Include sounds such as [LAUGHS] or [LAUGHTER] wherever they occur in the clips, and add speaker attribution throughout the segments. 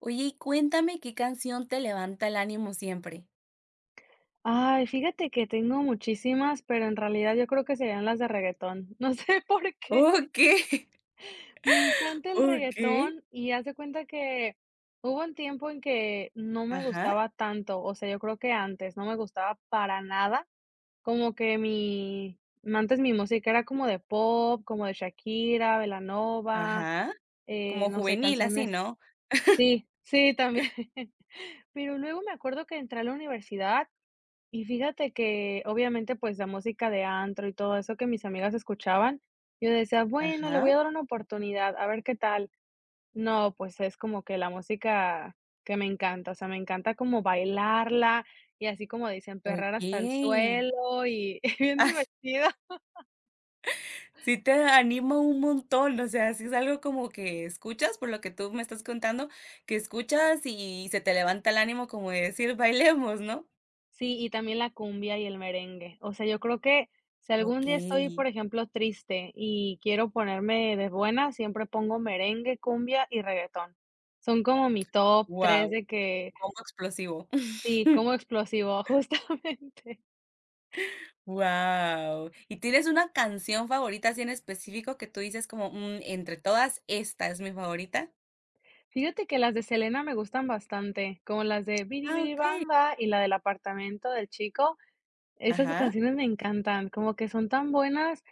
Speaker 1: Oye, y cuéntame qué canción te levanta el ánimo siempre.
Speaker 2: Ay, fíjate que tengo muchísimas, pero en realidad yo creo que serían las de reggaetón. No sé [LAUGHS] por qué.
Speaker 1: Okey,
Speaker 2: Me encanta el
Speaker 1: okey. [LAUGHS]
Speaker 2: reggaetón y haz de cuenta que hubo un tiempo en que no me
Speaker 1: Ajá,
Speaker 2: gustaba tanto, o sea, yo creo que antes no me gustaba para nada. Como que mi, antes mi música era como de pop, como de Shakira, Belanova,
Speaker 1: ajá. Como
Speaker 2: no sé,
Speaker 1: juvenil, así,
Speaker 2: canciones.
Speaker 1: ¿no?
Speaker 2: Sí, sí, también. [LAUGHS] Pero luego me acuerdo que entré a la universidad. Y fíjate que, obviamente, pues, la música de antro y todo eso que mis amigas escuchaban, yo decía: "Bueno, le voy
Speaker 1: Ajá.
Speaker 2: a dar una oportunidad, a ver qué tal". No, pues, es como que la música que me encanta, o sea, me encanta como bailarla y así como dicen, perrar hasta el
Speaker 1: Okey.
Speaker 2: suelo y [LAUGHS] bien
Speaker 1: Ay,
Speaker 2: divertido.
Speaker 1: [LAUGHS] sí te anima un montón, o sea, sí es algo como que escuchas, por lo que tú me estás contando, que escuchas y se te levanta el ánimo como de decir: "Bailemos", ¿no?
Speaker 2: Sí, y también la cumbia y el merengue. O sea, yo creo que si algún día estoy,
Speaker 1: Okey.
Speaker 2: por ejemplo, triste y quiero ponerme de buenas, siempre pongo merengue, cumbia y reggaetón. Son como mi top
Speaker 1: Wow,
Speaker 2: 3 de que
Speaker 1: como explosivo.
Speaker 2: sí,
Speaker 1: [LAUGHS]
Speaker 2: como explosivo, [LAUGHS] justamente.
Speaker 1: Wow, ¿y tienes una canción favorita así en específico que tú dices como, entre todas, esta es mi favorita?
Speaker 2: Fíjate que las de Selena me gustan bastante, como las de Bidi
Speaker 1: Ah,
Speaker 2: Bidi
Speaker 1: okey.
Speaker 2: Bamba y la del apartamento del chico. Esas
Speaker 1: Ajá,
Speaker 2: canciones me encantan, como que son tan buenas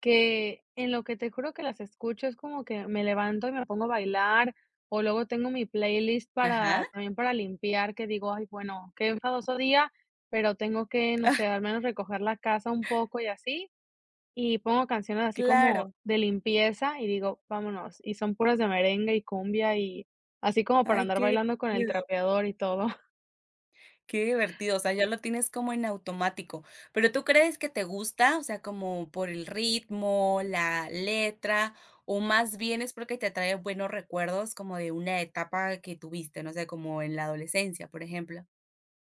Speaker 2: que en lo que te juro que las escucho es como que me levanto y me pongo a bailar, o luego tengo mi playlist
Speaker 1: ajá.
Speaker 2: para también para limpiar, que digo: "Ay, bueno, qué enfadoso día, pero tengo que, no
Speaker 1: Ah,
Speaker 2: sé, al menos recoger la casa un poco y así", y pongo canciones así como
Speaker 1: claro.
Speaker 2: de limpieza y digo: "Vámonos", y son puras de merengue y cumbia y así como para
Speaker 1: Ay,
Speaker 2: andar
Speaker 1: qué
Speaker 2: bailando con el
Speaker 1: divertido,
Speaker 2: trapeador y todo.
Speaker 1: qué divertido. O sea, ya lo tienes como en automático. Pero, ¿tú crees que te gusta? O sea, como por el ritmo, la letra, o más bien es porque te trae buenos recuerdos como de una etapa que tuviste, no sé, como en la adolescencia, por ejemplo.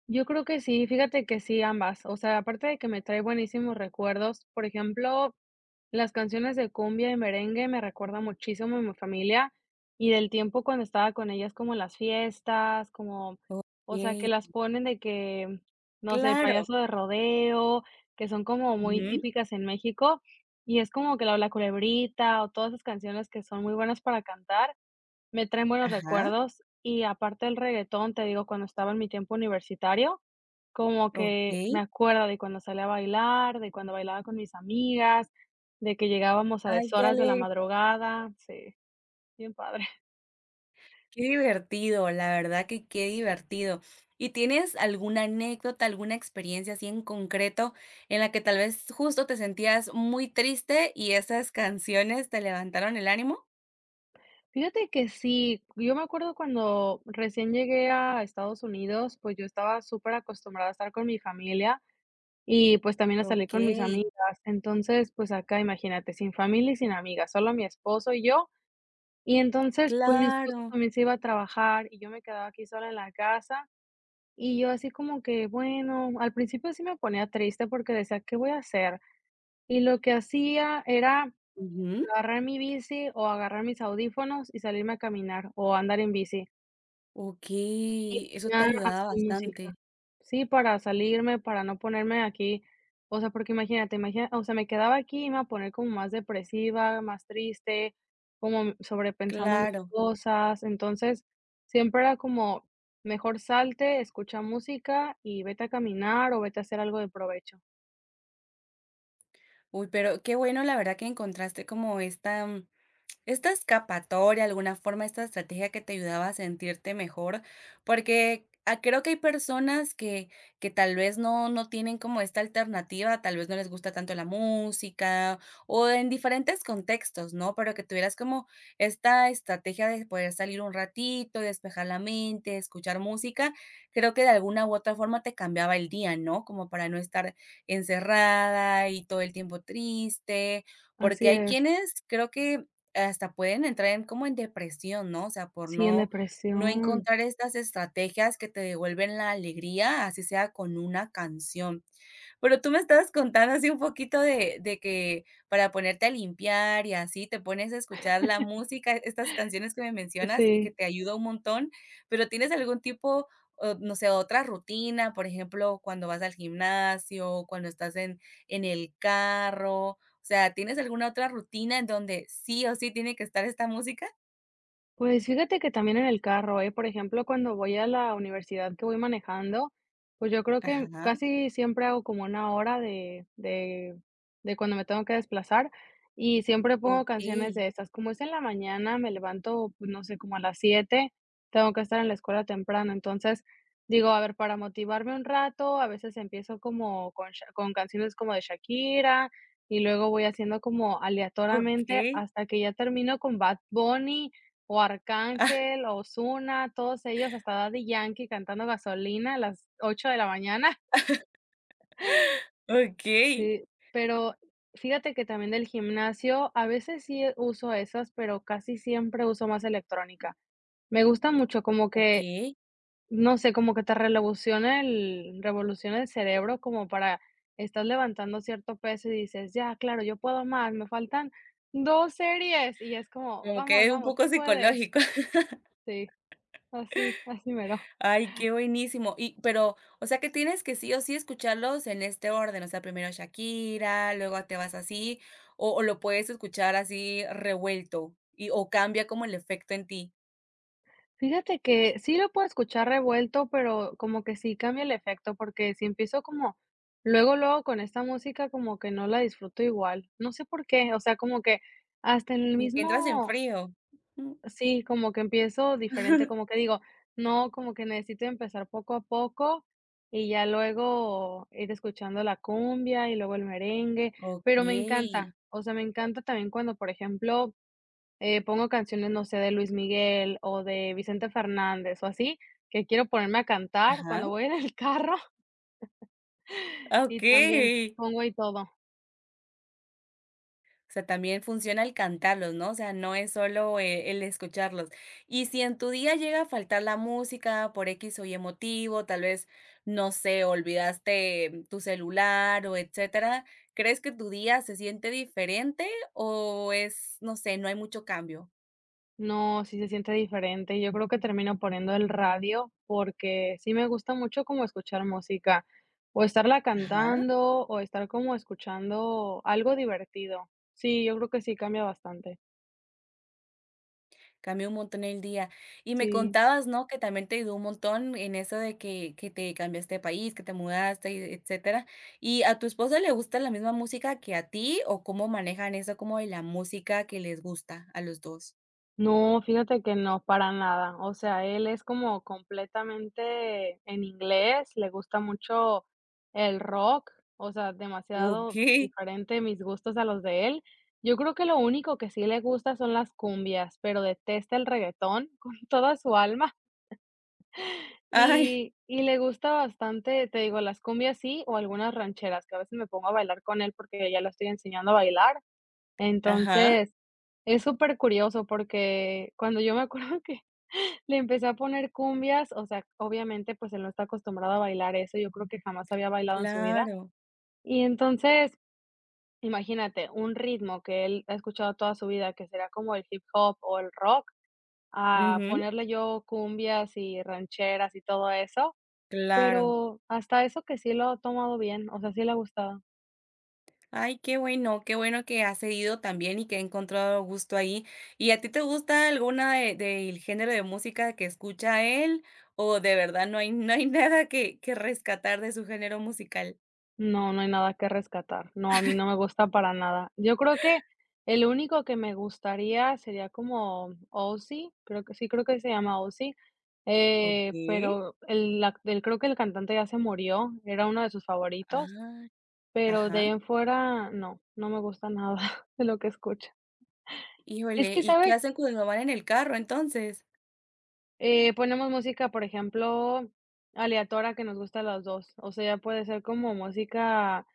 Speaker 2: Yo creo que sí, fíjate que sí, ambas. O sea, aparte de que me trae buenísimos recuerdos, por ejemplo, las canciones de cumbia y merengue me recuerdan muchísimo a mi familia y del tiempo cuando estaba con ellas, como en las fiestas, como, o sea, que
Speaker 1: Okey,
Speaker 2: las ponen de que, no sé, el
Speaker 1: claro.
Speaker 2: payaso de rodeo, que son como muy
Speaker 1: Ujú.
Speaker 2: típicas en México, y es como que la culebrita o todas esas canciones que son muy buenas para cantar. Me traen buenos
Speaker 1: Ajá.
Speaker 2: recuerdos y aparte el reggaetón te digo, cuando estaba en mi tiempo universitario, como que me
Speaker 1: Okey.
Speaker 2: acuerdo de cuando salía a bailar, de cuando bailaba con mis amigas, de que llegábamos a
Speaker 1: Ay, qué
Speaker 2: deshoras de la
Speaker 1: alegre,
Speaker 2: madrugada. Sí, bien padre.
Speaker 1: qué divertido, la verdad que qué divertido. ¿Y tienes alguna anécdota, alguna experiencia así en concreto en la que tal vez justo te sentías muy triste y esas canciones te levantaron el ánimo?
Speaker 2: [LAUGHS] Fíjate que sí, yo me acuerdo cuando recién llegué a Estados Unidos, pues yo estaba súper acostumbrada a estar con mi familia y pues también a salir con mis
Speaker 1: Okey,
Speaker 2: amigas. Entonces, pues acá imagínate, sin familia y sin amigas, solo mi esposo y yo. Y entonces, pues, mi esposo
Speaker 1: claro.
Speaker 2: también se iba a trabajar y yo me quedaba aquí sola en la casa, y yo así como que, bueno, al principio sí me ponía triste porque decía: "¿Qué voy a hacer?". Y lo que hacía era
Speaker 1: Ujú.
Speaker 2: agarrar mi bici o agarrar mis audífonos y salirme a caminar o andar en bici.
Speaker 1: Okey, eso te
Speaker 2: Ya, así
Speaker 1: ayudaba
Speaker 2: música.
Speaker 1: bastante.
Speaker 2: Sí, para salirme, para no ponerme aquí, o sea, porque imagínate, imagina o sea, me quedaba aquí y me iba a poner como más depresiva, más triste, como sobrepensando mis
Speaker 1: Claro.
Speaker 2: cosas. Entonces, siempre era como, mejor salte, escucha música y vete a caminar o vete a hacer algo de provecho.
Speaker 1: Uy, pero qué bueno, la verdad que encontraste como esta esta escapatoria, alguna forma, esta estrategia que te ayudaba a sentirte mejor, porque, ah, creo que hay personas que tal vez no tienen como esta alternativa, tal vez no les gusta tanto la música, o en diferentes contextos, ¿no? Pero que tuvieras como esta estrategia de poder salir un ratito, despejar la mente, escuchar música, creo que de alguna u otra forma te cambiaba el día, ¿no? Como para no estar encerrada y todo el tiempo triste,
Speaker 2: Así
Speaker 1: porque hay
Speaker 2: es.
Speaker 1: quienes creo que hasta pueden entrar en como en depresión, ¿no? O sea, por
Speaker 2: Sí, en
Speaker 1: no
Speaker 2: depresión.
Speaker 1: encontrar estas estrategias que te devuelven la alegría, así sea con una canción. Pero tú me estabas contando así un poquito de que para ponerte a limpiar y así, te pones a escuchar la música, estas canciones que me mencionas y que
Speaker 2: Sí.
Speaker 1: te ayuda un montón, pero, ¿tienes algún tipo, o no sé, otra rutina? Por ejemplo, cuando vas al gimnasio, cuando estás en el carro, o sea, ¿tienes alguna otra rutina en donde sí o sí tiene que estar esta música?
Speaker 2: Pues fíjate que también en el carro, ¿eh? Por ejemplo, cuando voy a la universidad que voy manejando, pues yo creo que
Speaker 1: Ajá,
Speaker 2: casi siempre hago como una hora de, cuando me tengo que desplazar y siempre pongo canciones
Speaker 1: okey,
Speaker 2: de estas. Como es en la mañana, me levanto, pues, no sé, como a las 7 tengo que estar en la escuela temprano. Entonces digo, a ver, para motivarme un rato, a veces empiezo como con, con canciones como de Shakira y luego voy haciendo como aleatoriamente
Speaker 1: okey,
Speaker 2: hasta que ya termino con Bad Bunny o
Speaker 1: [LAUGHS] ah,
Speaker 2: Arcángel, o Ozuna, todos ellos, hasta Daddy Yankee cantando Gasolina a las 8 de la mañana.
Speaker 1: okey,
Speaker 2: Sí. Pero fíjate que también del gimnasio, a veces sí uso esas, pero casi siempre uso más electrónica. Me gusta mucho, como que,
Speaker 1: okey,
Speaker 2: no sé, como que te revoluciona el cerebro, como para estás levantando cierto peso y dices: "Ya, claro, yo puedo más, me faltan 2 series", y es como:
Speaker 1: como que
Speaker 2: "Vamos,
Speaker 1: es un
Speaker 2: vamos,
Speaker 1: poco
Speaker 2: tú puedes".
Speaker 1: psicológico.
Speaker 2: Sí, así, así mero.
Speaker 1: Ay, qué buenísimo. Y pero, o sea, que tienes que sí o sí escucharlos en este orden, o sea, primero Shakira, luego te vas así, o lo puedes escuchar así revuelto y o cambia como el efecto en ti,
Speaker 2: Fíjate que sí lo puedo escuchar revuelto, pero como que sí cambia el efecto, porque si empiezo como luego, luego con esta música, como que no la disfruto igual. No sé por qué, o sea, como que hasta en el
Speaker 1: como que entras en
Speaker 2: mismo,
Speaker 1: frío. Mm.
Speaker 2: sí, como que empiezo diferente, como que digo, no, como que necesito empezar poco a poco y ya luego ir escuchando la cumbia y luego el merengue, pero me
Speaker 1: Okey.
Speaker 2: encanta, o sea, me encanta también cuando, por ejemplo, pongo canciones, no sé, de Luis Miguel o de Vicente Fernández o así, que quiero ponerme a
Speaker 1: [LAUGHS]
Speaker 2: cantar
Speaker 1: Ajá.
Speaker 2: cuando voy en el carro. [LAUGHS]
Speaker 1: Ah,
Speaker 2: Y también pongo ahí todo.
Speaker 1: o sea, también funciona el cantarlos, ¿no? O sea, no es solo, el escucharlos. Y si en tu día llega a faltar la música por X o Y motivo, tal vez, no sé, olvidaste tu celular o etcétera, ¿crees que tu día se siente diferente o es, no sé, no hay mucho cambio?
Speaker 2: No, sí se siente diferente. Yo creo que termino poniendo el radio porque sí me gusta mucho como escuchar música o estarla
Speaker 1: Ajá.
Speaker 2: cantando o estar como escuchando algo divertido. Sí, yo creo que sí cambia bastante.
Speaker 1: Cambió un montón el día. Y me
Speaker 2: Sí.
Speaker 1: contabas, ¿no? Que también te ayudó un montón en eso de que te cambiaste de país, que te mudaste, y etcétera. ¿Y a tu esposa le gusta la misma música que a ti? ¿O cómo manejan eso como de la música que les gusta a los dos?
Speaker 2: No, fíjate que no, para nada. O sea, él es como completamente en inglés, le gusta mucho el rock, o sea,
Speaker 1: Ok.
Speaker 2: demasiado diferente mis gustos a los de él. Yo creo que lo único que sí le gusta son las cumbias, pero detesta el reggaetón [LAUGHS] con toda su alma
Speaker 1: Ay,
Speaker 2: y le gusta bastante, te digo, las cumbias sí, o algunas rancheras, que a veces me pongo a bailar con él porque ya lo estoy enseñando a bailar.
Speaker 1: ajá,
Speaker 2: Entonces, es súper curioso porque cuando yo me acuerdo [LAUGHS] que le empecé a poner cumbias, o sea, obviamente, pues, él no está acostumbrado a bailar eso, yo creo que jamás había bailado en su vida.
Speaker 1: claro.
Speaker 2: Y entonces, imagínate, un ritmo que él ha escuchado toda su vida, que será como el hip hop o el rock, a
Speaker 1: Ujú,
Speaker 2: ponerle yo cumbias y rancheras y todo eso,
Speaker 1: claro.
Speaker 2: pero hasta eso que sí lo ha tomado bien, o sea, sí le ha gustado.
Speaker 1: Ay, qué bueno que has cedido también y que ha encontrado gusto ahí. ¿Y a ti te gusta alguna del género de música que escucha él? ¿O de verdad no hay, no hay [LAUGHS] nada que, que rescatar de su género musical?
Speaker 2: No, no hay nada que rescatar. No, a mí no me
Speaker 1: [LAUGHS]
Speaker 2: gusta para nada. Yo creo que el único que me gustaría sería como Ozzy, creo que sí, creo que se llama Ozzy,
Speaker 1: Ok.
Speaker 2: pero el creo que el cantante ya se murió, era uno de sus favoritos,
Speaker 1: Ah,
Speaker 2: pero de ahí
Speaker 1: ajá.
Speaker 2: en fuera no, no me gusta nada [LAUGHS] de lo que escucho. Es
Speaker 1: Híjole,
Speaker 2: que,
Speaker 1: ¿y qué
Speaker 2: ¿sabes?
Speaker 1: hacen cuando van en el carro entonces?
Speaker 2: Ponemos música, por ejemplo, aleatoria que nos gusta a los dos, o sea, ya puede ser como música.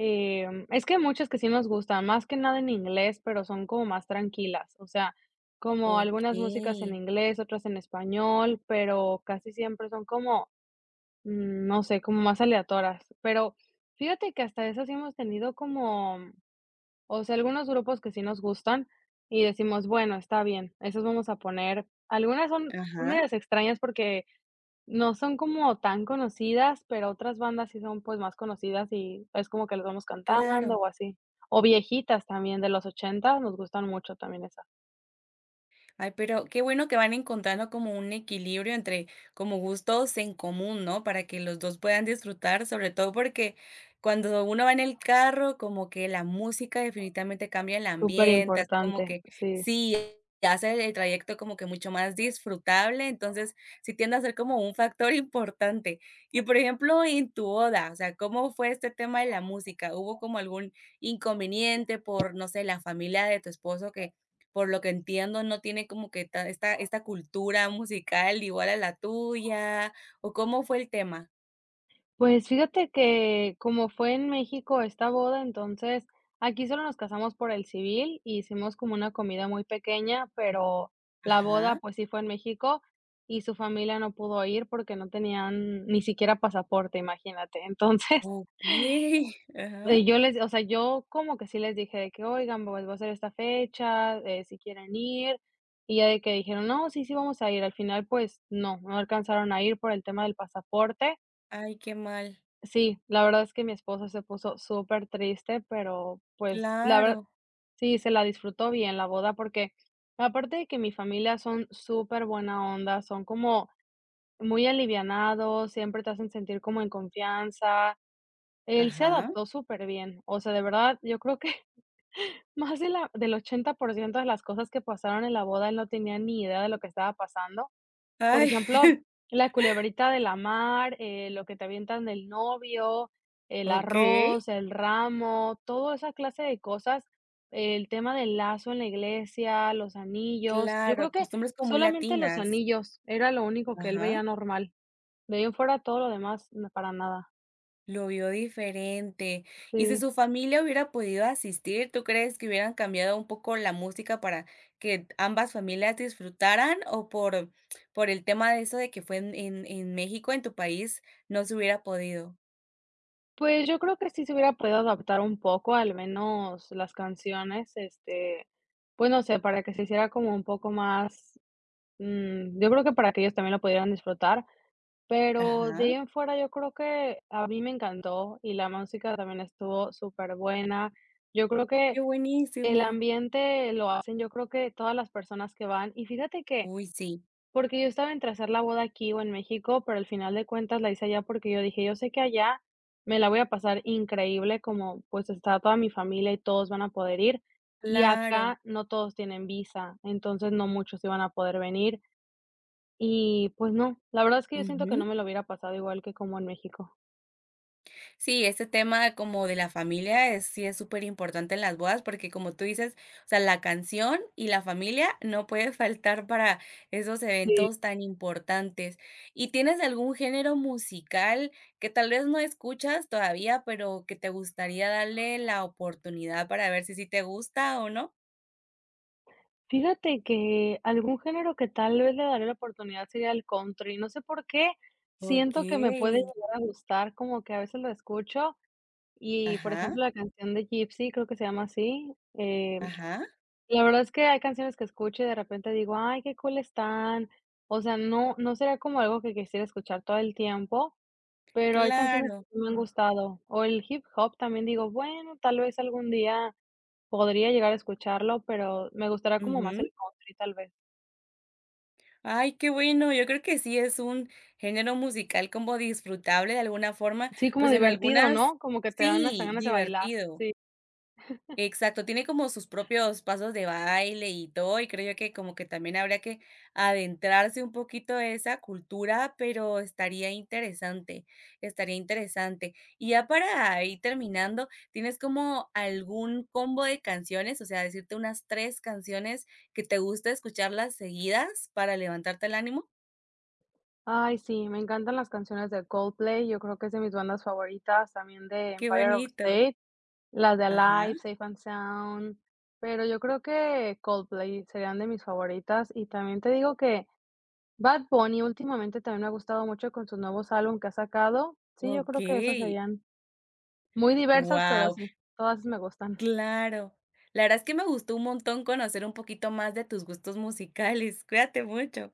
Speaker 2: Es que hay muchas que sí nos gustan, más que nada en inglés, pero son como más tranquilas, o sea, como
Speaker 1: Ok.
Speaker 2: algunas músicas en inglés, otras en español, pero casi siempre son como, no sé, como más aleatorias. Pero fíjate que hasta eso sí hemos tenido como, o sea, algunos grupos que sí nos gustan y decimos, bueno, está bien, esos vamos a poner. Algunas son
Speaker 1: Ajá.
Speaker 2: medias extrañas porque no son como tan conocidas, pero otras bandas sí son, pues, más conocidas y es como que las vamos cantando
Speaker 1: Claro.
Speaker 2: o así. O viejitas también de los 80 nos gustan mucho también esas.
Speaker 1: Ay, pero qué bueno que van encontrando como un equilibrio entre como gustos en común, ¿no? Para que los dos puedan disfrutar, sobre todo porque cuando uno va en el carro, como que la música definitivamente cambia el ambiente, hace como
Speaker 2: Superimportante,
Speaker 1: que
Speaker 2: sí.
Speaker 1: sí, hace el trayecto como que mucho más disfrutable, entonces sí tiende a ser como un factor [LAUGHS] importante. Y por ejemplo, en tu boda, o sea, ¿cómo fue este tema de la música? ¿Hubo como algún inconveniente por, no sé, la familia de tu esposo que por lo que entiendo, no tiene como que ta esta cultura musical igual a la tuya, ¿o cómo fue el tema?
Speaker 2: Pues fíjate que como fue en México esta boda, entonces aquí solo nos casamos por el civil y hicimos como una comida muy pequeña, pero la boda,
Speaker 1: Ajá.
Speaker 2: pues, sí fue en México y su familia no pudo ir porque no tenían ni siquiera pasaporte, imagínate. [LAUGHS] Entonces,
Speaker 1: Okey, [LAUGHS] ajá.
Speaker 2: Yo les o sea, yo como que sí les dije de que: "Oigan, pues va a ser esta fecha, si quieren ir". Y ya de que dijeron: "No, sí, sí vamos a ir". Al final, pues no, no alcanzaron a ir por el tema del pasaporte.
Speaker 1: Ay, qué mal.
Speaker 2: Sí, la verdad es que mi esposo se puso súper triste, pero, pues, la verdad
Speaker 1: Claro.
Speaker 2: sí, se la disfrutó bien la boda, porque aparte de que mi familia son súper buena onda, son como muy alivianados, siempre te hacen sentir como en confianza. Él se
Speaker 1: Ajá.
Speaker 2: adaptó súper bien. O sea, de verdad, yo creo que más de la del 80% de las cosas que pasaron en la boda, él no tenía ni idea de lo que estaba pasando. Por
Speaker 1: Ay, [LAUGHS]
Speaker 2: ejemplo, la culebrita de la mar, lo que te avientan del novio, el
Speaker 1: okey.
Speaker 2: arroz, el ramo, toda esa clase de cosas, el tema del lazo en la iglesia, los anillos. Yo creo
Speaker 1: Claro,
Speaker 2: que
Speaker 1: costumbres como muy
Speaker 2: solamente los
Speaker 1: latinas.
Speaker 2: anillos era lo único que él
Speaker 1: Ajá.
Speaker 2: veía normal. De ahí en fuera todo lo demás, n para nada.
Speaker 1: Lo vio diferente. Y si
Speaker 2: Sí.
Speaker 1: su familia hubiera podido asistir, ¿tú crees que hubieran cambiado un poco la música para que ambas familias disfrutaran? ¿O por el tema de eso de que fue en México, en tu país, no se hubiera podido?
Speaker 2: Pues, yo creo que sí se hubiera podido adaptar un poco, al menos las canciones, este, pues, no sé, para que se hiciera como un poco más, yo creo que para que ellos también lo pudieran disfrutar, pero de
Speaker 1: Ajá.
Speaker 2: ahí en fuera yo creo que a mí me encantó y la música también estuvo súper buena. Yo creo que
Speaker 1: Qué
Speaker 2: el
Speaker 1: buenísimo.
Speaker 2: ambiente lo hacen, yo creo que todas las personas que van y fíjate que
Speaker 1: Uy, sí,
Speaker 2: porque yo estaba entre hacer la boda aquí o en México, pero al final de cuentas la hice allá porque yo dije: "Yo sé que allá me la voy a pasar increíble, como, pues, está toda mi familia y todos van a poder ir, y
Speaker 1: claro.
Speaker 2: acá no todos tienen visa, entonces no muchos iban a poder venir". Y, pues no, la verdad es que yo siento que
Speaker 1: Ujú.
Speaker 2: no me lo hubiera pasado igual que como en México.
Speaker 1: Sí, este tema como de la familia es sí es súper importante en las bodas, porque como tú dices, o sea, la canción y la familia no puede faltar para esos
Speaker 2: Sí.
Speaker 1: eventos tan importantes. ¿Y tienes algún género musical que tal vez no escuchas todavía, pero que te gustaría darle la oportunidad para ver si sí te gusta o no?
Speaker 2: Fíjate que algún género que tal vez le daré la oportunidad sería el country, no sé por qué, siento que me
Speaker 1: Okey.
Speaker 2: puede llegar a gustar, como que a veces lo escucho. Y, por
Speaker 1: Ajá,
Speaker 2: ejemplo, la canción de Gypsy, creo que se llama así,
Speaker 1: ajá,
Speaker 2: la verdad es que hay canciones que escucho y de repente digo: "Ay, qué cool están". O sea, no no será como algo que quisiera escuchar todo el tiempo, pero hay canciones que
Speaker 1: claro.
Speaker 2: sí me han gustado. O el hip hop también digo: "Bueno, tal vez algún día podría llegar a escucharlo", pero me gustará como más el
Speaker 1: Ujú.
Speaker 2: country, tal vez.
Speaker 1: Ay, qué bueno. Yo creo que sí es un género musical como disfrutable de alguna forma,
Speaker 2: Sí, como
Speaker 1: pues en
Speaker 2: divertido,
Speaker 1: algunas
Speaker 2: ¿no? Como que te dan hasta
Speaker 1: sí,
Speaker 2: ganas de bailar.
Speaker 1: divertido.
Speaker 2: Sí.
Speaker 1: Exacto, tiene como sus propios pasos de baile y todo, y creo yo que como que también habría que adentrarse un poquito a esa cultura, pero estaría interesante, estaría interesante. Y ya para ir terminando, ¿tienes como algún combo de canciones? O sea, decirte unas tres canciones que te gusta escucharlas seguidas para levantarte el ánimo.
Speaker 2: Ay, sí, me encantan las canciones de Coldplay, yo creo que es de mis bandas favoritas, también de
Speaker 1: Qué
Speaker 2: Empire of
Speaker 1: bonito.
Speaker 2: State. Las de
Speaker 1: Ajá,
Speaker 2: Alive, Safe and Sound, pero yo creo que Coldplay serían de mis favoritas, y también te digo que Bad Bunny últimamente también me ha gustado mucho con sus nuevos álbum que ha sacado. Sí, yo creo que esas
Speaker 1: okey.
Speaker 2: serían muy diversas, pero
Speaker 1: Wow,
Speaker 2: sí, todas me gustan.
Speaker 1: claro. La verdad es que me gustó un montón conocer un poquito más de tus gustos musicales. Cuídate mucho.